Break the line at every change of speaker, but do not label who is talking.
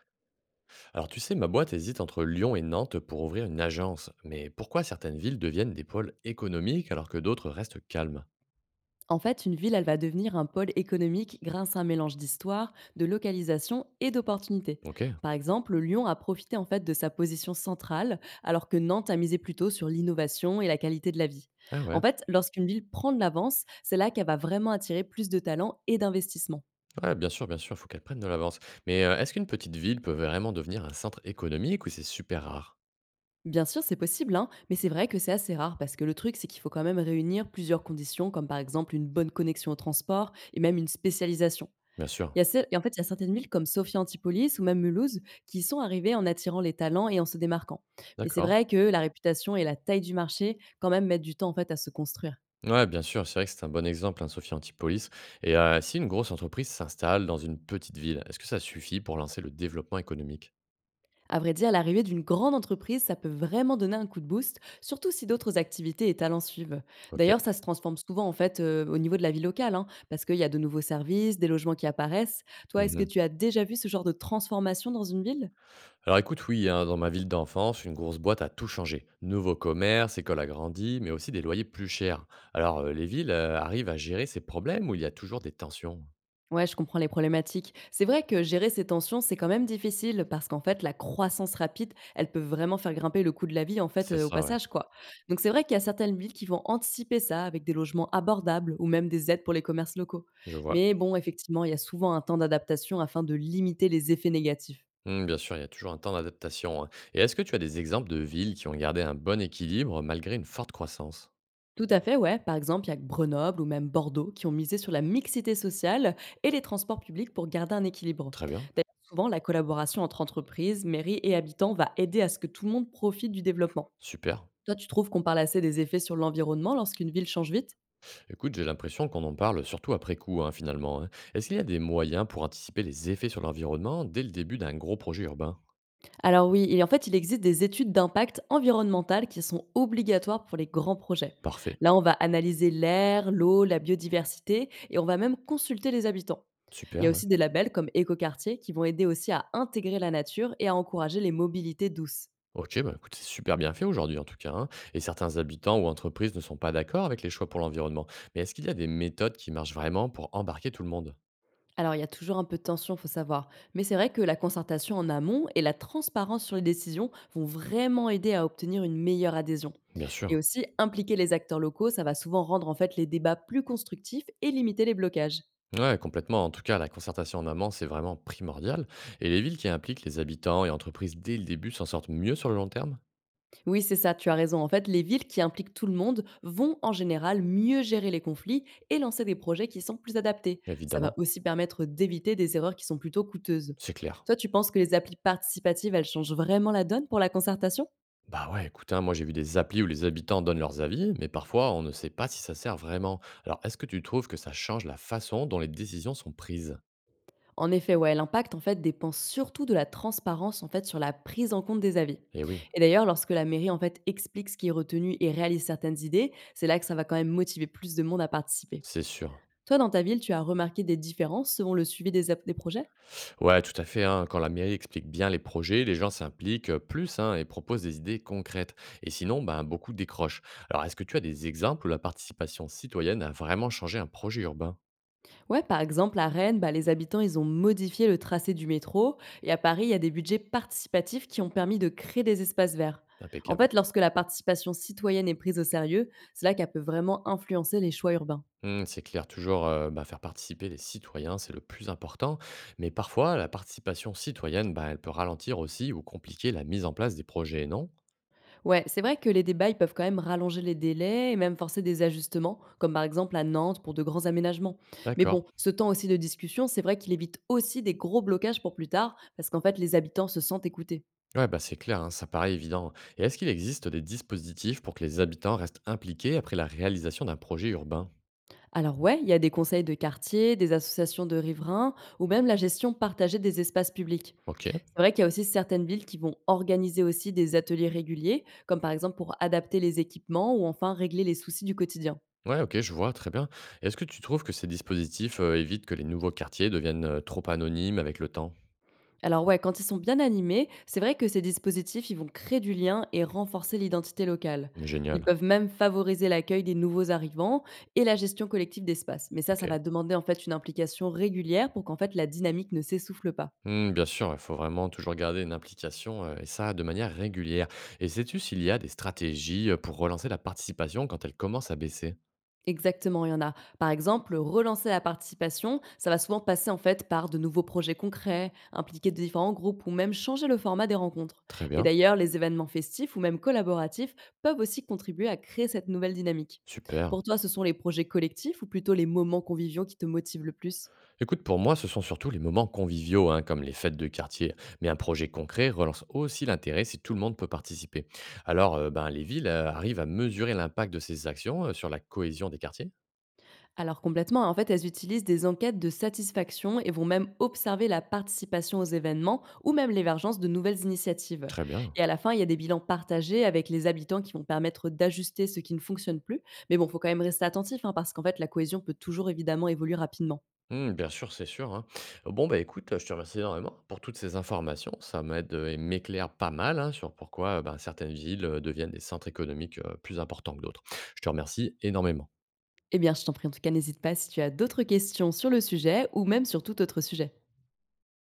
Alors tu sais, ma boîte hésite entre Lyon et Nantes pour ouvrir une agence. Mais pourquoi certaines villes deviennent des pôles économiques alors que d'autres restent calmes?
En fait, une ville, elle va devenir un pôle économique grâce à un mélange d'histoire, de localisation et d'opportunités.
Ok.
Par exemple, Lyon a profité en fait de sa position centrale, alors que Nantes a misé plutôt sur l'innovation et la qualité de la vie.
Ah
En
ouais.
fait, lorsqu'une ville prend de l'avance, c'est là qu'elle va vraiment attirer plus de talents et d'investissements.
Ouais, bien sûr, il faut qu'elles prennent de l'avance. Mais est-ce qu'une petite ville peut vraiment devenir un centre économique ou c'est super rare?
Bien sûr, c'est possible, hein, mais c'est vrai que c'est assez rare parce que le truc, c'est qu'il faut quand même réunir plusieurs conditions, comme par exemple une bonne connexion au transport et même une spécialisation.
Bien sûr.
Il y a celles et en fait, il y a certaines villes comme Sophia Antipolis ou même Mulhouse qui sont arrivées en attirant les talents et en se démarquant. Mais c'est
D'accord.
vrai que la réputation et la taille du marché, quand même, mettent du temps en fait à se construire.
Ouais, bien sûr, c'est vrai que c'est un bon exemple, hein, Sophie Antipolis. Et si une grosse entreprise s'installe dans une petite ville, est-ce que ça suffit pour lancer le développement économique?
À vrai dire, l'arrivée d'une grande entreprise, ça peut vraiment donner un coup de boost, surtout si d'autres activités et talents suivent.
Ok.
D'ailleurs, ça se transforme souvent en fait au niveau de la vie locale, hein, parce qu'il y a de nouveaux services, des logements qui apparaissent. Toi, est-ce que tu as déjà vu ce genre de transformation dans une ville?
Alors écoute, oui, hein, dans ma ville d'enfance, une grosse boîte a tout changé. Nouveau commerce, école agrandie, mais aussi des loyers plus chers. Alors les villes arrivent à gérer ces problèmes où il y a toujours des tensions.
Ouais, je comprends les problématiques. C'est vrai que gérer ces tensions, c'est quand même difficile parce qu'en fait, la croissance rapide, elle peut vraiment faire grimper le coût de la vie en fait
C'est
au
ça, ouais,
passage quoi. Donc c'est vrai qu'il y a certaines villes qui vont anticiper ça avec des logements abordables ou même des aides pour les commerces locaux.
je vois.
Mais bon, effectivement, il y a souvent un temps d'adaptation afin de limiter les effets négatifs.
Hmm, bien sûr, il y a toujours un temps d'adaptation, hein. Et est-ce que tu as des exemples de villes qui ont gardé un bon équilibre malgré une forte croissance?
Tout à fait, ouais. Par exemple, il y a que Grenoble ou même Bordeaux qui ont misé sur la mixité sociale et les transports publics pour garder un équilibre.
Très bien,
D'ailleurs, souvent, la collaboration entre entreprises, mairies et habitants va aider à ce que tout le monde profite du développement.
super.
Toi, tu trouves qu'on parle assez des effets sur l'environnement lorsqu'une ville change vite?
Écoute, j'ai l'impression qu'on en parle surtout après coup, hein, finalement, hein. Est-ce qu'il y a des moyens pour anticiper les effets sur l'environnement dès le début d'un gros projet urbain?
Alors oui, en fait, il existe des études d'impact environnemental qui sont obligatoires pour les grands projets.
Parfait,
Là, on va analyser l'air, l'eau, la biodiversité et on va même consulter les habitants. Il y a
super, ouais.
aussi des labels comme Écoquartier qui vont aider aussi à intégrer la nature et à encourager les mobilités douces.
OK, bah, écoute, c'est super bien fait aujourd'hui en tout cas, hein. Et certains habitants ou entreprises ne sont pas d'accord avec les choix pour l'environnement. Mais est-ce qu'il y a des méthodes qui marchent vraiment pour embarquer tout le monde?
Alors, il y a toujours un peu de tension, faut savoir. Mais c'est vrai que la concertation en amont et la transparence sur les décisions vont vraiment aider à obtenir une meilleure adhésion.
Bien
Et
sûr.
aussi, impliquer les acteurs locaux, ça va souvent rendre en fait les débats plus constructifs et limiter les blocages.
Ouais, complètement. En tout cas, la concertation en amont, c'est vraiment primordial. Et les villes qui impliquent les habitants et entreprises dès le début s'en sortent mieux sur le long terme?
Oui, c'est ça, tu as raison. En fait, les villes qui impliquent tout le monde vont en général mieux gérer les conflits et lancer des projets qui sont plus adaptés. Ça va
Évidemment,
aussi permettre d'éviter des erreurs qui sont plutôt coûteuses.
c'est clair.
Toi, tu penses que les applis participatives, elles changent vraiment la donne pour la concertation?
Bah ouais, écoute, hein, moi j'ai vu des applis où les habitants donnent leurs avis, mais parfois on ne sait pas si ça sert vraiment. Alors est-ce que tu trouves que ça change la façon dont les décisions sont prises?
En effet, ouais, l'impact en fait dépend surtout de la transparence en fait sur la prise en compte des avis.
Eh oui,
Et d'ailleurs, lorsque la mairie en fait explique ce qui est retenu et réalise certaines idées, c'est là que ça va quand même motiver plus de monde à participer.
c'est sûr.
Toi, dans ta ville, tu as remarqué des différences selon le suivi des, des projets?
Ouais, tout à fait, hein. Quand la mairie explique bien les projets, les gens s'impliquent plus, hein, et proposent des idées concrètes. Et sinon, ben, beaucoup décrochent. Alors, est-ce que tu as des exemples où la participation citoyenne a vraiment changé un projet urbain?
Ouais, par exemple, à Rennes, bah, les habitants, ils ont modifié le tracé du métro. Et à Paris, il y a des budgets participatifs qui ont permis de créer des espaces verts. En
Impeccable.
fait, lorsque la participation citoyenne est prise au sérieux, c'est là qu'elle peut vraiment influencer les choix urbains.
Hmm, c'est clair, toujours ben, faire participer les citoyens, c'est le plus important. Mais parfois, la participation citoyenne, ben, elle peut ralentir aussi ou compliquer la mise en place des projets, non?
Ouais, c'est vrai que les débats, ils peuvent quand même rallonger les délais et même forcer des ajustements, comme par exemple à Nantes pour de grands aménagements. Mais
D'accord.
bon, ce temps aussi de discussion, c'est vrai qu'il évite aussi des gros blocages pour plus tard, parce qu'en fait, les habitants se sentent écoutés.
Ouais, bah c'est clair, hein, ça paraît évident. Et est-ce qu'il existe des dispositifs pour que les habitants restent impliqués après la réalisation d'un projet urbain?
Alors ouais, il y a des conseils de quartier, des associations de riverains ou même la gestion partagée des espaces publics.
Ok.
C'est vrai qu'il y a aussi certaines villes qui vont organiser aussi des ateliers réguliers, comme par exemple pour adapter les équipements ou enfin régler les soucis du quotidien.
Ouais, OK, je vois, très bien. Est-ce que tu trouves que ces dispositifs, évitent que les nouveaux quartiers deviennent, trop anonymes avec le temps?
Alors ouais, quand ils sont bien animés, c'est vrai que ces dispositifs, ils vont créer du lien et renforcer l'identité locale. Ils
Génial,
peuvent même favoriser l'accueil des nouveaux arrivants et la gestion collective d'espace. Mais ça
OK.
va demander en fait une implication régulière pour qu'en fait la dynamique ne s'essouffle pas.
Mmh, bien sûr, il faut vraiment toujours garder une implication, et ça de manière régulière. Et sais-tu s'il y a des stratégies, pour relancer la participation quand elle commence à baisser?
Exactement, il y en a. Par exemple, relancer la participation, ça va souvent passer en fait par de nouveaux projets concrets, impliquer de différents groupes ou même changer le format des rencontres.
Très
Et
bien,
d'ailleurs, les événements festifs ou même collaboratifs peuvent aussi contribuer à créer cette nouvelle dynamique.
super.
Pour toi, ce sont les projets collectifs ou plutôt les moments conviviaux qui te motivent le plus?
Écoute, pour moi, ce sont surtout les moments conviviaux, hein, comme les fêtes de quartier. Mais un projet concret relance aussi l'intérêt si tout le monde peut participer. Alors, ben, les villes, arrivent à mesurer l'impact de ces actions, sur la cohésion des quartiers?
Alors complètement, en fait, elles utilisent des enquêtes de satisfaction et vont même observer la participation aux événements ou même l'émergence de nouvelles initiatives.
Très bien.
Et à la fin, il y a des bilans partagés avec les habitants qui vont permettre d'ajuster ce qui ne fonctionne plus. Mais bon, faut quand même rester attentif hein, parce qu'en fait, la cohésion peut toujours évidemment évoluer rapidement.
Mmh, bien sûr, c'est sûr, hein. Bon, bah, écoute, je te remercie énormément pour toutes ces informations. Ça m'aide, et m'éclaire pas mal, hein, sur pourquoi, ben, certaines villes, deviennent des centres économiques, plus importants que d'autres. Je te remercie énormément.
Eh bien, je t'en prie, en tout cas, n'hésite pas si tu as d'autres questions sur le sujet ou même sur tout autre sujet.